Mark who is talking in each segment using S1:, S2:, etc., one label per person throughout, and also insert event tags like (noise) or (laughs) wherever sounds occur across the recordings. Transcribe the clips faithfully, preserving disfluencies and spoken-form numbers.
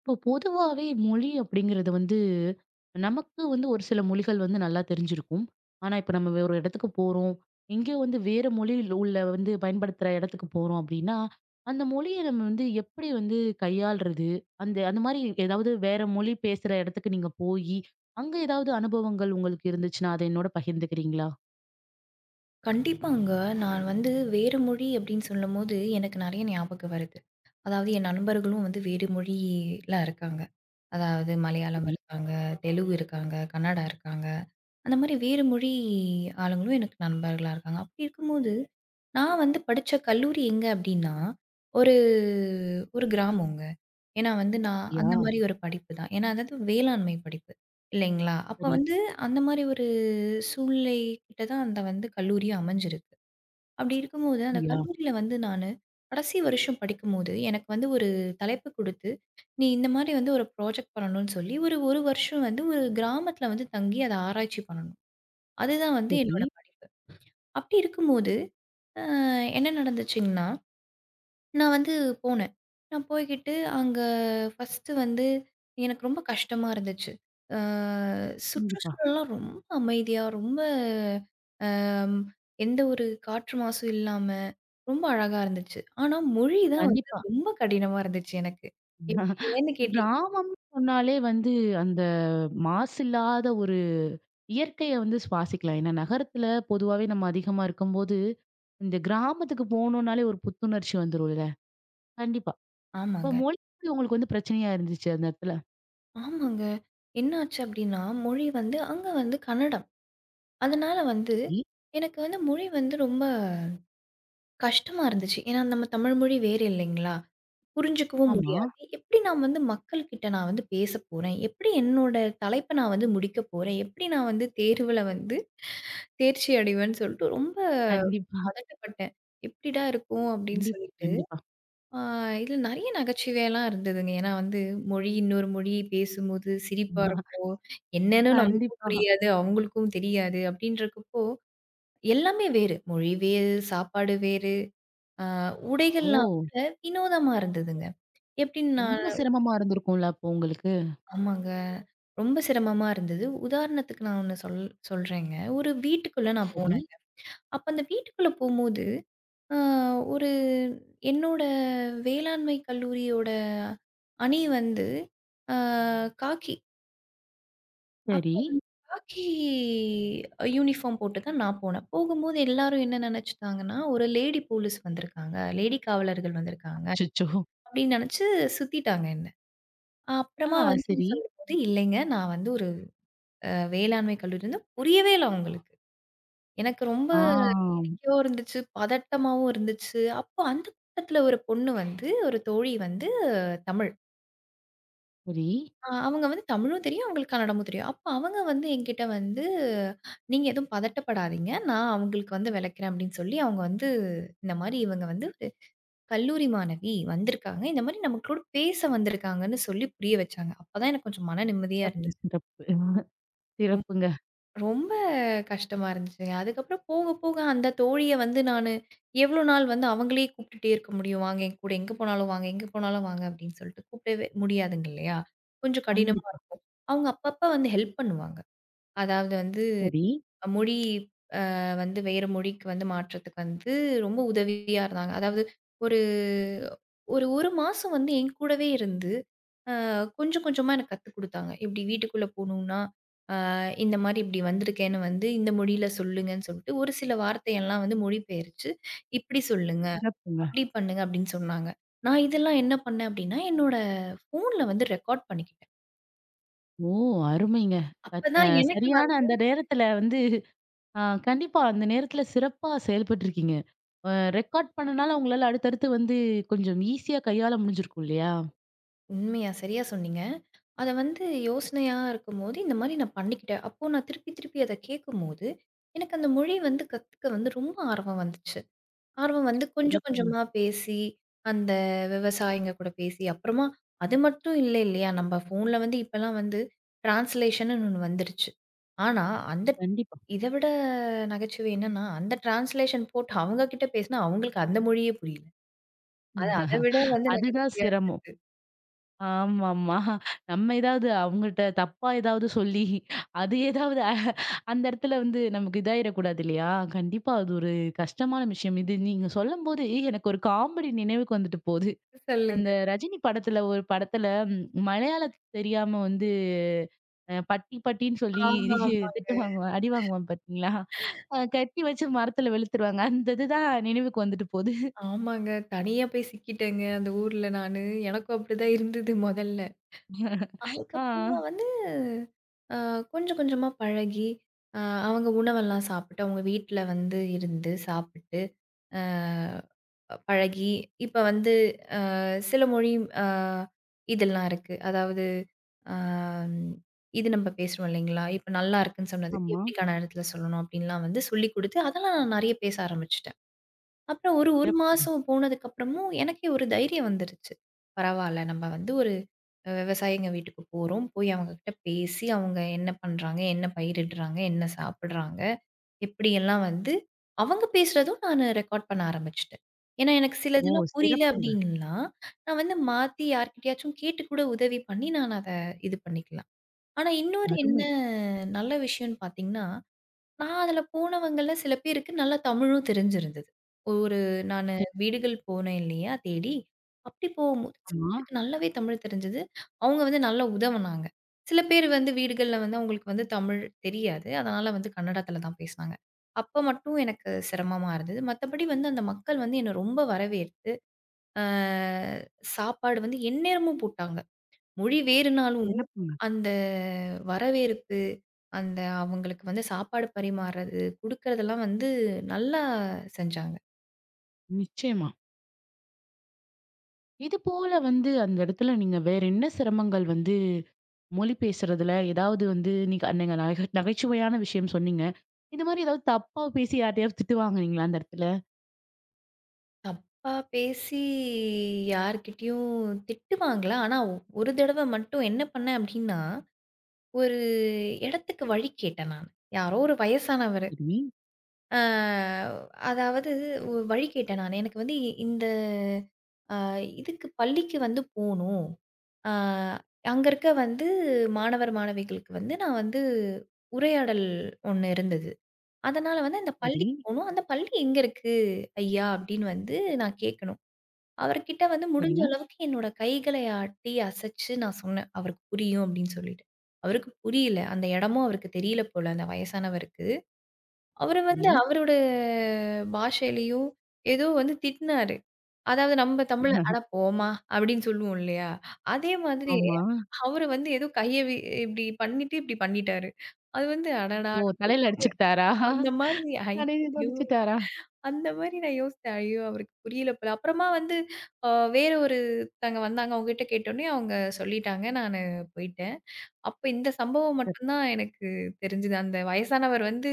S1: இப்போ பொதுவாவே மொழி அப்படிங்கிறது வந்து, நமக்கு வந்து ஒரு சில மொழிகள் வந்து நல்லா தெரிஞ்சிருக்கும். ஆனா, இப்ப நம்ம வேற ஒரு இடத்துக்கு போறோம். எங்கேயோ வந்து வேற மொழியில் உள்ள வந்து பயன்படுத்துற இடத்துக்கு போறோம் அப்படின்னா, அந்த மொழிய நம்ம வந்து எப்படி வந்து கையாள்றது? அந்த அந்த மாரி ஏதாவது வேற மொழி பேசுற இடத்துக்கு நீங்க போயி, அங்க ஏதாவது அனுபவங்கள் உங்களுக்கு இருந்துச்சுன்னா, அத என்னோட பகிர்ந்துக்கிறீங்களா?
S2: கண்டிப்பாங்க. நான் வந்து வேற மொழி அப்படின்னு சொல்லும்போது, எனக்கு நெறைய ஞாபகம் வருது. அதாவது என் நண்பர்களும் வந்து வேறு மொழியில இருக்காங்க. அதாவது மலையாளம்
S1: சரியா, சரி.
S2: இருக்காங்க, தெலுங்கு இருக்காங்க, கன்னடா இருக்காங்க. அந்த மாரி வேறு மொழி ஆளுங்களும் எனக்கு நண்பர்களா இருக்காங்க. அப்படி இருக்கும்போது நான் வந்து படிச்ச கல்லூரி எங்க அப்டின்னா, ஒரு ஒரு கிராமங்க. ஏன்னா வந்து நான் அந்த
S1: யா,
S2: மாரி ஒரு படிப்பு தான். ஏன்னா அதாவது வேளாண்மை படிப்பு இல்லைங்களா? அப்ப
S1: சரி.
S2: வந்து அந்த மாரி ஒரு சூழ்நிலை கிட்ட தான் அந்த வந்து கல்லூரியும் அமைஞ்சிருக்கு. அப்டி இருக்கும்போது அந்த
S1: யா,
S2: கல்லூரியில வந்து நானு கடைசி வருஷம் படிக்கும்போது, எனக்கு வந்து ஒரு தலைப்பு குடுத்து, நீ இந்த மாரி வந்து ஒரு ப்ராஜெக்ட் பண்ணணும்னு சொல்லி ஒரு 1 வருஷம் வந்து ஒரு கிராமத்துல வந்து தங்கி அத ஆராய்ச்சி பண்ணணும். அதுதான் வந்து
S1: சரி.
S2: என்னோட பணி. அப்படி இருக்கும்போது, அ என்ன நடந்துச்சுங்கன்னா, நான் வந்து போனேன். நான் போய்க்கிட்டு அங்க ஃபர்ஸ்ட்டு வந்து எனக்கு ரொம்ப கஷ்டமா இருந்துச்சு. அ
S1: கண்டிப்பா.
S2: சுற்றுச்சூழல்லாம் ரொம்ப அமைதியா, ரொம்ப அம் எந்த ஒரு காற்று மாசும் இல்லாம, ரொம்ப அழகா இருந்துச்சு. ஆனா மொழி தான் வந்து
S1: கண்டிப்பா.
S2: ரொம்ப கடினமா இருந்துச்சு எனக்கு. எப்படி ஏன்னு கேட்டீங்
S1: கிராமம்னு சொன்னாலே வந்து அந்த மாசில்லாத ஒரு இயற்கைய வந்து சுவாசிக்கலாம். ஏன்னா நகரத்துல பொதுவாவே நம்ம அதிகமா இருக்கும்போது, இந்த கிராமத்துக்கு போனோம்னாலே ஒரு புத்துணர்ச்சி வந்துரும்ல. கண்டிப்பா. இப்ப
S2: ஆமாங்க,
S1: மொழி உங்களுக்கு வந்து பிரச்சனையா இருந்துச்சு அந்த இடத்துல.
S2: ஆமாங்க. என்னாச்சு அப்படின்னா, மொழி வந்து அங்க வந்து கன்னடம். அதனால வந்து
S1: சரி.
S2: எனக்கு வந்து மொழி வந்து ரொம்ப கஷ்டமா இருந்துச்சு. ஏன்னா, நம்ம தமிழ் மொழி வேறு இல்லைங்களா? புரிஞ்சுக்கவும்
S1: ஆமா.
S2: முடியாது. எப்படி நான் வந்து மக்கள்கிட்ட நான் வந்து பேசப்போறேன்? எப்படி என்னோட தலைப்ப நான் வந்து முடிக்கப் போறேன்? எப்படி நான் வந்து தேர்வுல வந்து தேர்ச்சி அடைவேன்னு சொல்லிட்டு ரொம்ப
S1: கண்டிப்பா.
S2: பதட்டப்பட்டேன். எப்படிடா இருக்கும் அப்படின்னு
S1: கண்டிப்பா,
S2: சொல்லிட்டு.
S1: கண்டிப்பா.
S2: ஆ இதுல நெறைய நகைச்சுவையெல்லாம் இருந்ததுங்க. ஏன்னா வந்து மொழி இன்னொரு மொழி பேசும்போது சிரிப்பா இருக்கும். என்னன்னு நமக்கும்
S1: கண்டிப்பா.
S2: புரியாது, அவங்களுக்கும் தெரியாது. அப்படின்றக்கப்போ எல்லாமே வேறு. மொழி வேறு, சாப்பாடு வேறு. அ உடைகள்லாம்
S1: ஓ!
S2: கூட வினோதமா இருந்ததுங்க. எப்படின்னா
S1: ரொம்ப சிரமமா இருந்திருக்கும்ல அப்போ உங்களுக்கு.
S2: ஆமாங்க. ரொம்ப சிரமமா இருந்தது. உதாரணத்துக்கு நான் ஒண்ணு சொல் சொல்றேங்க. ஒரு வீட்டுக்குள்ள நான்
S1: சரி,
S2: போனேங்க. அப்ப அந்த வீட்டுக்குள்ள போம்போது, அ ஒரு என்னோட வேளாண்மை கல்லூரியோட அணி வந்து அ காக்கி.
S1: சரி.
S2: அப்போ வந்து காக்கி யூனிஃபார்ம் போட்டு தான் நான் போனேன். போகும்போது எல்லாரும் என்ன நெனச்சுட்டாங்கன்னா, ஒரு லேடி போலீஸ் வந்திருக்காங்க. லேடி காவலர்கள் வந்திருக்காங்க
S1: அச்சச்சோ!
S2: அப்படின்னு நெனச்சு சுத்திட்டாங்க என்ன.
S1: ஆ
S2: அப்புறமா வந்து நான்
S1: சரி.
S2: சொல்லும்போது, இல்லைங்க நான் வந்து ஒரு அ வேளாண்மை கல்லூரின்னு புரியவே இல்ல அவங்களுக்கு. எனக்கு ரொம்ப
S1: ஆ
S2: வேடிக்கையாவும் இருந்துச்சு, பதட்டமாவும் இருந்துச்சு. அப்போ அந்த கூட்டத்தில ஒரு பொண்ணு வந்து, ஒரு தோழி வந்து தமிழ்.
S1: சரி.
S2: அ அவங்க வந்து தமிழும் தெரியும், அவங்களுக்கு கன்னடமும் தெரியும். அப்போ அவங்க வந்து என்கிட்ட வந்து, "நீங்க எதுவும் பதட்டப்படாதீங்க. நான் அவங்களுக்கு வந்து விளக்குறேன்" அப்படின்னு சொல்லி அவங்க வந்து இந்த மாரி இவங்க வந்து ஒரு கல்லூரி மாணவி வந்திருக்காங்க. இந்த மாரி நமக்கூட பேச வந்திருக்காங்கன்னு சொல்லி புரிய வச்சாங்க. அப்பதான் எனக்கு கொஞ்சம் மன நிம்மதியா
S1: சிறப்பு,
S2: இருந்தது.
S1: சிறப்பு. சிறப்புங்க.
S2: ரொம்ப கஷ்டமா இருந்துச்சுங்க. அதுக்கப்புறம் போக, போக அந்த தோழிய வந்து நானு எவ்ளோ நாள் வந்து அவங்களயே கூப்பிட்டுட்டே இருக்க முடியும்? "வாங்க என் கூட, எங்க போனாலும் வாங்க, எங்க போனாலும் வாங்க" அப்படின்னு சொல்லிட்டு கூப்பிடவே முடியாதுங்க இல்லையா? கொஞ்சம் கடினமா
S1: கண்டிப்பா.
S2: அவங்க அப்பப்ப வந்து ஹெல்ப் பண்ணுவாங்க. அதாவது வந்து
S1: சரி.
S2: மொழி அ வந்து வேற மொழிக்கு வந்து மாற்றத்துக்கு வந்து ரொம்ப உதவியா இருந்தாங்க. அதாவது ஒரு ஒரு 1 மாசம் வந்து என் கூடவே இருந்து, அ கொஞ்சம் கொஞ்சமா எனக்கு கத்துக் குடுத்தாங்க. எப்படி வீட்டுக்குள்ள போணும்னா இந்த மாரி இப்படி வந்திருக்கேன்னு வந்து, இந்த மொழியில சொல்லுங்கன்னு சொல்லிட்டு, ஒரு சில வார்த்தையெல்லாம் வந்து மொழிபெயர்த்து, இப்படி சொல்லுங்க,
S1: சிறப்புங்க.
S2: அப்படி பண்ணுங்க அப்படின்னு சொன்னாங்க. நான் இதெல்லாம் என்ன பண்ணேன் அப்படின்னா, என்னோட ஃபோன்ல வந்து ரெக்கார்ட் பண்ணிக்கிட்டேன்.
S1: ஓ! அருமைங்க. கட் அ
S2: அப்பதான் எனக்கு
S1: சரியான
S2: வந்து
S1: அந்த நேரத்துல வந்து அ கண்டிப்பா அந்த நேரத்துல சிறப்பா செயல்பட்டுருக்கீங்க. அ ரெக்கார்ட் பண்ணனால உங்களால அடுத்தடுத்து வந்து கொஞ்சம் ஈஸியா கையாள முடிஞ்சிருக்கும் இல்லையா?
S2: உண்மையா சரியா சொன்னீங்க. அத வந்து யோசனையா இருக்கும்போது, இந்த மாரி நான் பண்ணிக்கிட்டேன். அப்போ நான் திருப்பி திருப்பி அத கேட்கும்போது, எனக்கு அந்த மொழி வந்து கத்துக்க வந்து ரொம்ப ஆர்வம் வந்துச்சு. ஆர்வம் வந்து கொஞ்சம்
S1: சிறப்புங்க.
S2: கொஞ்சமா பேசி, அந்த விவசாயிங்க கூட பேசி, அப்புறமா அது மட்டும் இல்ல இல்லையா? நம்ம ஃபோன்ல வந்து இப்பலாம் வந்து டிரான்ஸ்லேஷன்ன்னு ஒண்ணு வந்துருச்சு. ஆனா, அந்த
S1: கண்டிப்பா.
S2: இத விட நகைச்சுவை என்னன்னா, அந்த டிரான்ஸ்லேஷன் போட்டு அவங்க கிட்ட பேசினா, அவங்களுக்கு அந்த மொழியே புரியல. அது
S1: ம்.
S2: அத விட
S1: (laughs)
S2: வந்து
S1: அதுதான்
S2: நகைச்சுவையா
S1: சிரமம்.
S2: இருந்தது.
S1: ஆமாமா. நம்ம ஏதாவது அவங்கட்ட தப்பா ஏதாவது சொல்லி, அது ஏதாவது அ- அந்த இடத்துல வந்து நமக்கு இதாயிடக்கூடாது இல்லையா? கண்டிப்பா அது ஒரு கஷ்டமான விஷயம். இது நீங்க சொல்லும்போது எனக்கு ஒரு காமெடி நினைவுக்கு வந்துட்டு போது.
S2: சொல்லுங்க.
S1: அந்த ரஜினி படத்துல ஒரு படத்துல ம், மலையாளத் தெரியாம வந்து அ பட்டி பட்டின்னு சொல்லி
S2: ஆமா,
S1: (laughs)
S2: ஆமாங்க.
S1: திட்டு வாங்குவான், அடி வாங்குவான் பாத்தீங்களா? அ கட்டி வச்சு மரத்துல வெளுத்துருவாங்க. அந்த இதுதான் நினைவுக்கு வந்துட்டு போது. (laughs)
S2: ஆமாங்க. தனியா போய் சிக்கிட்டேங்க அந்த ஊர்ல நானு. எனக்கும் அப்படிதான் இருந்தது மொதல்ல. அதுக்கப்புறமா
S1: ஆ.
S2: வந்து அ கொஞ்சம் கொஞ்சமா பழகி, அ அவங்க உணவெல்லாம் சாப்பிட்டு, அவங்க வீட்ல வந்து இருந்து சாப்பிட்டு, அ பழகி, இப்ப வந்து சில மொழி அ இதெல்லாம் இருக்கு. அதாவது அ இது நம்ம பேசுறோம் இல்லைங்களா? இப்ப நல்லா இருக்குன்னு சொன்னதுக்கு,
S1: ஆமா.
S2: எப்படிக்கா நேரத்தில சொல்லணும்? அப்படின்லாம் வந்து சொல்லிக் குடுத்து, அதெல்லாம் நான் நெறைய பேச ஆரம்பிச்சுட்டேன். அப்புறம் ஒரு, 1
S1: சிறப்புங்க.
S2: மாசம் போனதுக்கப்புறமும் எனக்கே ஒரு தைரியம் வந்துருச்சு. பரவால்ல நம்ம வந்து ஒரு அ விவசாயிங்க வீட்டுக்கு போறோம். போய் அவங்ககிட்ட பேசி அவங்க என்ன பண்றாங்க? என்ன பயிரிடுறாங்க? என்ன சாப்பிடுறாங்க? எப்படியெல்லாம் வந்து அவங்க பேசுறதும் நானு ரெக்கார்ட் பண்ண ஆரம்பிச்சுட்டேன். ஏன்னா எனக்கு
S1: ஓ!
S2: சிலதெல்லாம் புரியல
S1: சிறப்புங்க.
S2: அப்படின்னா, நான் வந்து மாத்தி யார்கிட்டயாச்சும் கேட்டு கூட உதவி பண்ணி நான் அத இது பண்ணிக்கலாம். ஆனா இன்னொரு என்ன
S1: அருமை.
S2: நல்ல விஷயம்னு பார்த்தீங்கன்னா நான் அதுல போனவங்கள்ல சில பேருக்கு நல்லா தமிழும் தெரிஞ்சிருந்தது. ஒரு நானு வீடுகள் போனேன் இல்லையா தேடி, அப்படி போகும்போது சில
S1: ஆமா.
S2: பேருக்கு நல்லாவே தமிழ் தெரிஞ்சது. அவங்க வந்து நல்லா உதவுனாங்க. சில பேர் வந்து வீடுகள்ல வந்து அவங்களுக்கு வந்து தமிழ் தெரியாது. அதனால வந்து கன்னடத்துல தான் பேசினாங்க. அப்ப மட்டும் எனக்கு சிரமமா இருந்தது. மத்தபடி வந்து அந்த மக்கள் வந்து என்ன ரொம்ப வரவேற்று, அ சாப்பாடு வந்து எந்நேரமும் போட்டாங்க. மொழி வேறுனாலும்,
S1: சிறப்புங்க.
S2: அந்த வரவேற்பு, அந்த அவங்களுக்கு வந்து சாப்பாடு பரிமாறது, குடுக்குறதெல்லாம் வந்து நல்லா செஞ்சாங்க.
S1: நிச்சயமா. இது போல வந்து அந்த இடத்துல நீங்க வேற என்ன சிரமங்கள் வந்து மொழி பேசுறதுல ஏதாவது வந்து நீங்க நீங்க நகை நகைச்சுவையான விஷயம் சொன்னீங்க. இது மாரி ஏதாவது தப்பா பேசி யார்ட்டயாவது திட்டு வாங்குனீங்களா அந்த இடத்துல?
S2: தப்பா பேசி யார்கிட்டயும் திட்டுவாங்கல. ஆனா ஒ- ஒரு தடவ மட்டும் என்ன பண்ணேன் அப்டின்னா, ஒரு இடத்துக்கு வழி கேட்டேன் நானு. யாரோ ஒரு வயசானவரு.
S1: சரி,
S2: அ அதாவது ஒரு வழி கேட்டேன் நானு. எனக்கு வந்து இ- இந்த அ இதுக்கு பள்ளிக்கு வந்து போணும். அ அங்க இருக்க வந்து மாணவர், மாணவிகளுக்கு வந்து நான் வந்து உரையாடல் ஒண்ணு இருந்தது. அதனால வந்து அந்த
S1: சரி,
S2: பள்ளிக்கு போணும். அந்த பள்ளி எங்க இருக்கு ஐயா? அப்படின்னு வந்து நான் கேட்கணும். அவர்கிட்ட வந்து
S1: சரி,
S2: முடிஞ்ச அளவுக்கு என்னோட கைகளை ஆட்டி அசைச்சு நான் சொன்னேன். அவருக்கு புரியும் அப்படின்னு சொல்லிட்டு. அவருக்கு புரியல. அந்த இடமும் அவருக்கு தெரியல போல அந்த வயசானவருக்கு. அவரு வந்து
S1: சரி.
S2: அவரோட பாஷையிலயும் ஏதோ வந்து திட்டினாரு. அதாவது நம்ம தமிழ்ல "அட போம்மா" அப்படின்னு சொல்லுவோம் இல்லையா? அதே மாதிரி
S1: ஆமா.
S2: அவரு வந்து ஏதோ கைய வி இப்படி பண்ணிட்டு, இப்படி பண்ணிட்டாரு. அது வந்து அடடா!
S1: ஓ! தலையில
S2: நம்ம
S1: அடிச்சுக்கிட்டாரா?
S2: அந்த மாதிரி
S1: தலையில
S2: ஐயய்யோ!
S1: தொடிச்சுட்டாரா?
S2: அந்த மாதிரி நான் யோசிச்சேன். ஐயோ! அவருக்கு புரியல போல. அப்புறமா வந்து அ வேற ஒருத்தங்க வந்தாங்க. அவங்ககிட்ட கேட்டோனே அவங்க சொல்லிட்டாங்க. நானு போயிட்டேன். அப்ப இந்த சம்பவம் மட்டும் தான் எனக்கு தெரிஞ்சது. அந்த வயசானவர் வந்து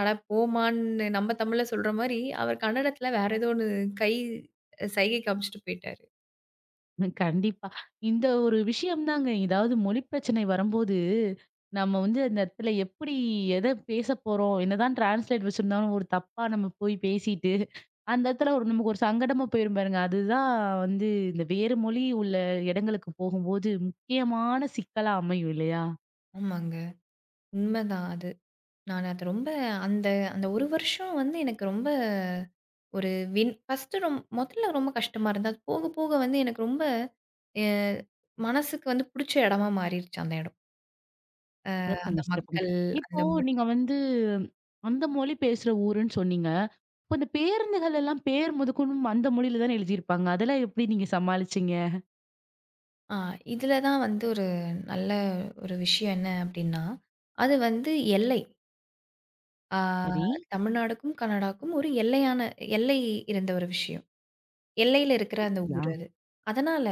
S2: அட போமான்னு நம்ம தமிழ்ல சொல்ற மாரி, அவர் கன்னடத்துல வேற ஏதோ ஒண்ணு கை சைகை காமிச்சுட்டு போயிட்டாரு.
S1: கண்டிப்பா. இந்த ஒரு விஷயம் தாங்க. ஏதாவது மொழி பிரச்சனை வரும்போது, நம்ம வந்து அந்த இடத்துல எப்படி எத பேசப் போறோம்? என்னதான் டிரான்ஸ்லேட் வச்சிருந்தாலும் ஒரு தப்பா நம்ம போய் பேசிட்டு, அந்த இடத்துல ஒரு நமக்கு ஒரு சங்கடமா போயிரும் பாருங்க. அதுதான் வந்து இந்த வேறு மொழி உள்ள இடங்களுக்கு போகும்போது முக்கியமான சிக்கலா அமையும் இல்லையா?
S2: ஆமாங்க. உண்மதான் அது. நான் அது ரொம்ப அந்த அந்த ஒரு வருஷம் வந்து எனக்கு ரொம்ப ஒரு வின் ஃபர்ஸ்ட்டு ரொம் மொதல்ல ரொம்ப கஷ்டமா இருந்தது. அது போக போக வந்து எனக்கு ரொம்ப அ மனசுக்கு வந்து புடிச்ச இடமா மாறிருச்சு அந்த இடம். அந்த
S1: சிறப்புங்க, சிறப்புங்க.
S2: மக்கள், அந்த
S1: இப்போ
S2: மொழி.
S1: நீங்க வந்து அந்த மொழி பேசுற ஊருன்னு சொன்னீங்க. இப்ப இந்த பேருந்துகள் எல்லாம் பேர் முதற்கொண்டும் அந்த மொழியில தானே எழுதியிருப்பாங்க. அதெல்லாம் எப்படி நீங்க சமாளிச்சீங்க?
S2: ஆ இதுல தான் வந்து ஒரு நல்ல ஒரு விஷயம் என்ன அப்டின்னா, அது வந்து எல்லை. ஆ
S1: சரி.
S2: தமிழ்நாடுக்கும், கனடாக்கும் ஒரு எல்லையான எல்லை இருந்த ஒரு விஷயம். எல்லையில இருக்கிற அந்த ஊர்
S1: யா.
S2: அது. அதனால,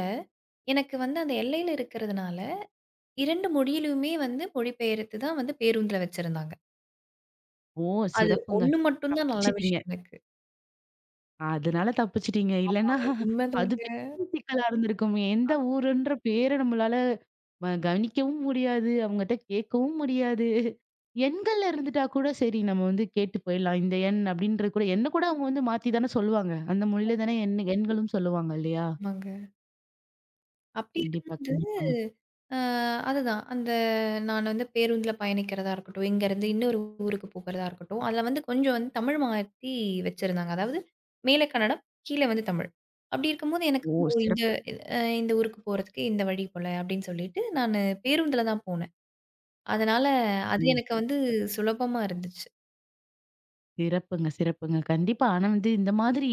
S2: எனக்கு வந்து அந்த எல்லையில இருக்கிறதுனால, இரண்டு மொழியிலுமே வந்து மொழிபெயர்த்து தான் வந்து பேருந்துல வச்சிருந்தாங்க.
S1: ஓ!
S2: அது
S1: சிறப்புங்க.
S2: ஒண்ணு மட்டும் தான் நல்ல
S1: தப்பிச்சிட்டீங்க.
S2: விஷயம் எனக்கு.
S1: அதனால தப்பிச்சுட்டீங்க. இல்லன்னா அது
S2: உண்மதாங்க.
S1: பெரிய சிக்கலா இருந்திருக்குமே. எந்த ஊருன்ற பேர நம்மளால வ கவனிக்கவும் முடியாது. அவங்கட்ட கேட்கவும் முடியாது. எண்கள்ல இருந்துட்டா கூட சரி நம்ம வந்து கேட்டு போயிடலாம். இந்த எண் அப்படின்றது கூட எண்ண கூட அவங்க வந்து மாத்தி தானே சொல்லுவாங்க. அந்த மொழியில தானே எண் எண்களும் சொல்லுவாங்க இல்லையா?
S2: ஆமாங்க. அப்படி
S1: கண்டிப்பா,
S2: இருக்கும்போது,
S1: கண்டிப்பாங்க.
S2: அ அதுதான். அந்த நான் வந்து பேருந்துல பயணிக்கிறதா இருக்கட்டும், இங்கேருந்து இன்னொரு ஊருக்கு போகறதா இருக்கட்டும், அதில வந்து கொஞ்சம் வந்து தமிழ் மாத்தி வச்சிருந்தாங்க. அதாவது மேல கன்னடம், கீழ வந்து தமிழ். அப்படி இருக்கும்போது எனக்கு
S1: ஓ!
S2: வந்து ஓ இந்த
S1: சிறப்பு.
S2: அ இந்த ஊருக்கு போறதுக்கு இந்த வழி போல அப்படின்னு சொல்லிட்டு, நானு பேருந்துல தான் போனேன். அதனால அது
S1: ம்.
S2: எனக்கு வந்து சுலபமா இருந்துச்சு.
S1: சிறப்புங்க, சிறப்புங்க. கண்டிப்பா. ஆனா வந்து இந்த மாதிரி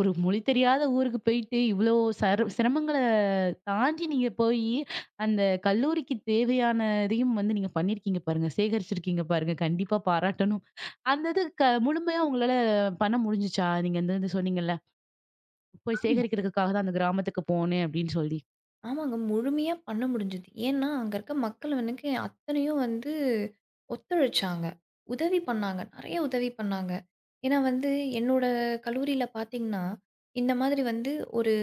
S1: ஒரு மொழி தெரியாத ஊருக்கு போயிட்டு இவ்ளோ சர் சிரமங்கள தாண்டி நீங்க போயி, அந்த கல்லூரிக்கு தேவையான இதையும் வந்து நீங்க பண்ணியிருக்கீங்க பாருங்க. சேகரிச்சிருக்கீங்க பாருங்க. கண்டிப்பா பாராட்டணும். அந்த இது க முழுமையா உங்களால பண்ண முடிஞ்சுச்சா? நீங்க இந்த இது சொன்னீங்கல்ல, போய்
S2: ஆமா.
S1: சேகரிக்கிறதுக்காக தான் அந்த கிராமத்துக்கு போனேன் அப்படின்னு சொல்லி.
S2: ஆமாங்க. முழுமையா பண்ண முடிஞ்சது. ஏன்னா, அங்க இருக்க மக்கள் எனக்கு அத்தனையும் வந்து ஒத்துழைச்சாங்க. உதவி பண்ணாங்க. நெறைய உதவி பண்ணாங்க. ஏன்னா வந்து என்னோட கல்லூரியில பார்த்தீங்கன்னா, இந்த மாதிரி வந்து ஒரு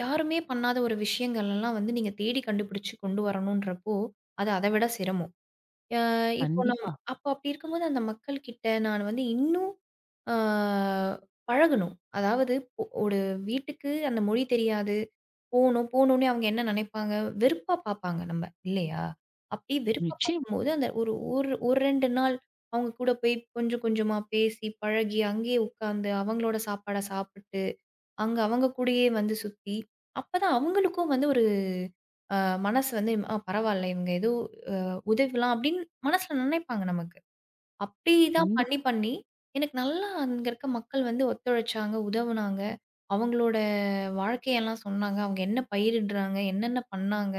S2: யாருமே பண்ணாத ஒரு விஷயங்கள் எல்லாம் வந்து நீங்க தேடி கண்டுபிடிச்சு கொண்டு வரணுன்றப்போ, அது அத விட சிரமம். அ இப்போ நம்
S1: கண்டிப்பா.
S2: அப்போ அப்படி இருக்கும்போது அந்த மக்கள் கிட்ட நான் வந்து இன்னும் ஆ பழகணும். அதாவது ஒ ஒரு வீட்டுக்கு அந்த மொழி தெரியாது. போணும், போனோனே அவங்க என்ன நினைப்பாங்க? வெறுப்பா பார்ப்பாங்க நம்ம, இல்லையா? அப்படி வெறுப்பா
S1: நிச்சயம்.
S2: பார்க்கும்போது, அந்த ஒரு ஒரு 1, இரண்டு நாள் அவங்க கூட போய் கொஞ்சம் கொஞ்சமா பேசி, பழகி, அங்கேயே உட்காந்து அவங்களோட சாப்பாட சாப்பிட்டு, அங்க அவங்க கூடயே வந்து சுத்தி, அப்பதான் அவங்களுக்கும் வந்து ஒரு அ மனசு வந்து, "ஆ பரவால்ல, இவங்க ஏதோ உதவலாம்" அப்படின்னு மனசுல நினைப்பாங்க நமக்கு. அப்படிதான் பண்ணி,
S1: கண்டிப்பா.
S2: பண்ணி எனக்கு நல்லா அங்க இருக்க மக்கள் வந்து ஒத்துழைச்சாங்க, உதவுனாங்க. அவங்களோட வாழ்க்கையெல்லாம் சொன்னாங்க. அவங்க என்ன பயிரிடுறாங்க? என்னென்ன பண்ணாங்க?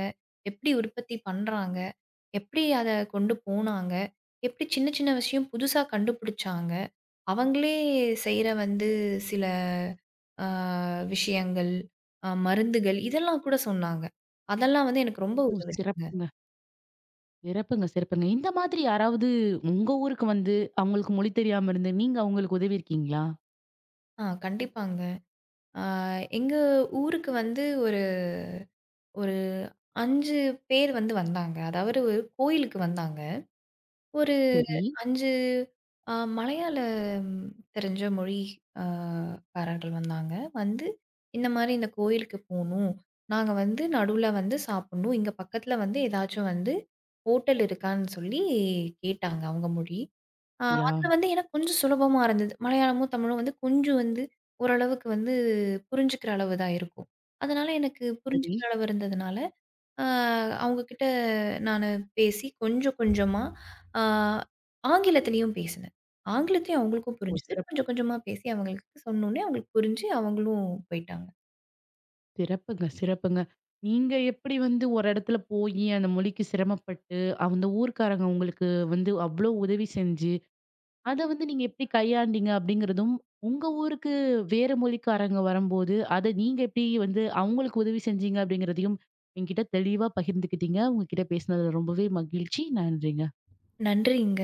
S2: எப்படி உற்பத்தி பண்றாங்க? எப்படி அத கொண்டு போனாங்க? எப்படி சின்ன சின்ன விஷயம் புதுசா கண்டுபிடிச்சாங்க? அவங்களே செய்ற வந்து சில அ விஷயங்கள், அ மருந்துகள் இதெல்லாம் கூட சொன்னாங்க. அதெல்லாம் வந்து எனக்கு ரொம்ப
S1: ஓ!
S2: உதவுச்சுங்க.
S1: சிறப்புங்க. சிறப்புங்க, சிறப்புங்க. இந்த மாதிரி யாராவது உங்க ஊருக்கு வந்து அவங்களுக்கு மொழி தெரியாம இருந்து, நீங்க அவங்களுக்கு உதவி இருக்கீங்களா?
S2: ஆ கண்டிப்பாங்க. ஆ எங்க ஊருக்கு வந்து ஒரு ஒரு ஐந்து பேர் வந்து வந்தாங்க. அதாவது ஒரு கோயிலுக்கு வந்தாங்க. ஒரு
S1: சரி.
S2: ஐந்து அ மலையாளம் தெரிஞ்ச மொழி அ காரர்கள் வந்தாங்க. வந்து இந்த மாரி இந்த கோயிலுக்கு போணும். நாங்க வந்து நடுவுல வந்து சாப்புட்ணும். இங்க பக்கத்துல வந்து ஏதாச்சும் வந்து ஹோட்டல் இருக்கான்னு சொல்லி கேட்டாங்க அவங்க மொழி. அ
S1: யா!
S2: அதுல வந்து எனக்கு கொஞ்சம் சுலபமா இருந்தது. மலையாளமும், தமிழும் வந்து கொஞ்சம் வந்து ஓரளவுக்கு வந்து புரிஞ்சுக்கிற அளவு தான் இருக்கும். அதனால எனக்கு
S1: சரி.
S2: புரிஞ்சுக்கிற அளவு இருந்ததுனால அ அவங்ககிட்ட நானு பேசி கொஞ்சம் கொஞ்சமா அ ஆங்கிலத்திலயும் பேசினேன். ஆங்கிலத்தையும் அவங்களுக்கும்
S1: ஓ!
S2: புரிஞ்சது.
S1: சிறப்
S2: கொஞ்சம் கொஞ்சமா பேசி அவங்களுக்கு சொன்னோனே அவங்களுக்கு புரிஞ்சு அவங்களும் போயிட்டாங்க.
S1: சிறப்புங்க, சிறப்புங்க. நீங்க எப்படி வந்து ஒரு இடத்துல போயி அந்த மொழிக்கு சிரமப்பட்டு, அந்த ஊர்க்காரங்க உங்களுக்கு வந்து அவ்ளோ உதவி செஞ்சு, அத வந்து நீங்க எப்படி கையாண்டீங்க அப்படிங்கிறதும், உங்க ஊருக்கு வேற மொழிக்காரங்க வரும்போது, அத நீங்க எப்படி வந்து அவங்களுக்கு உதவி செஞ்சீங்க அப்படிங்கிறதையும் என்கிட்ட தெளிவா பகிர்ந்துக்கிட்டீங்க. உங்க கிட்ட பேசினதுல ரொம்பவே மகிழ்ச்சி. நன்றிங்க.
S2: நன்றிங்க.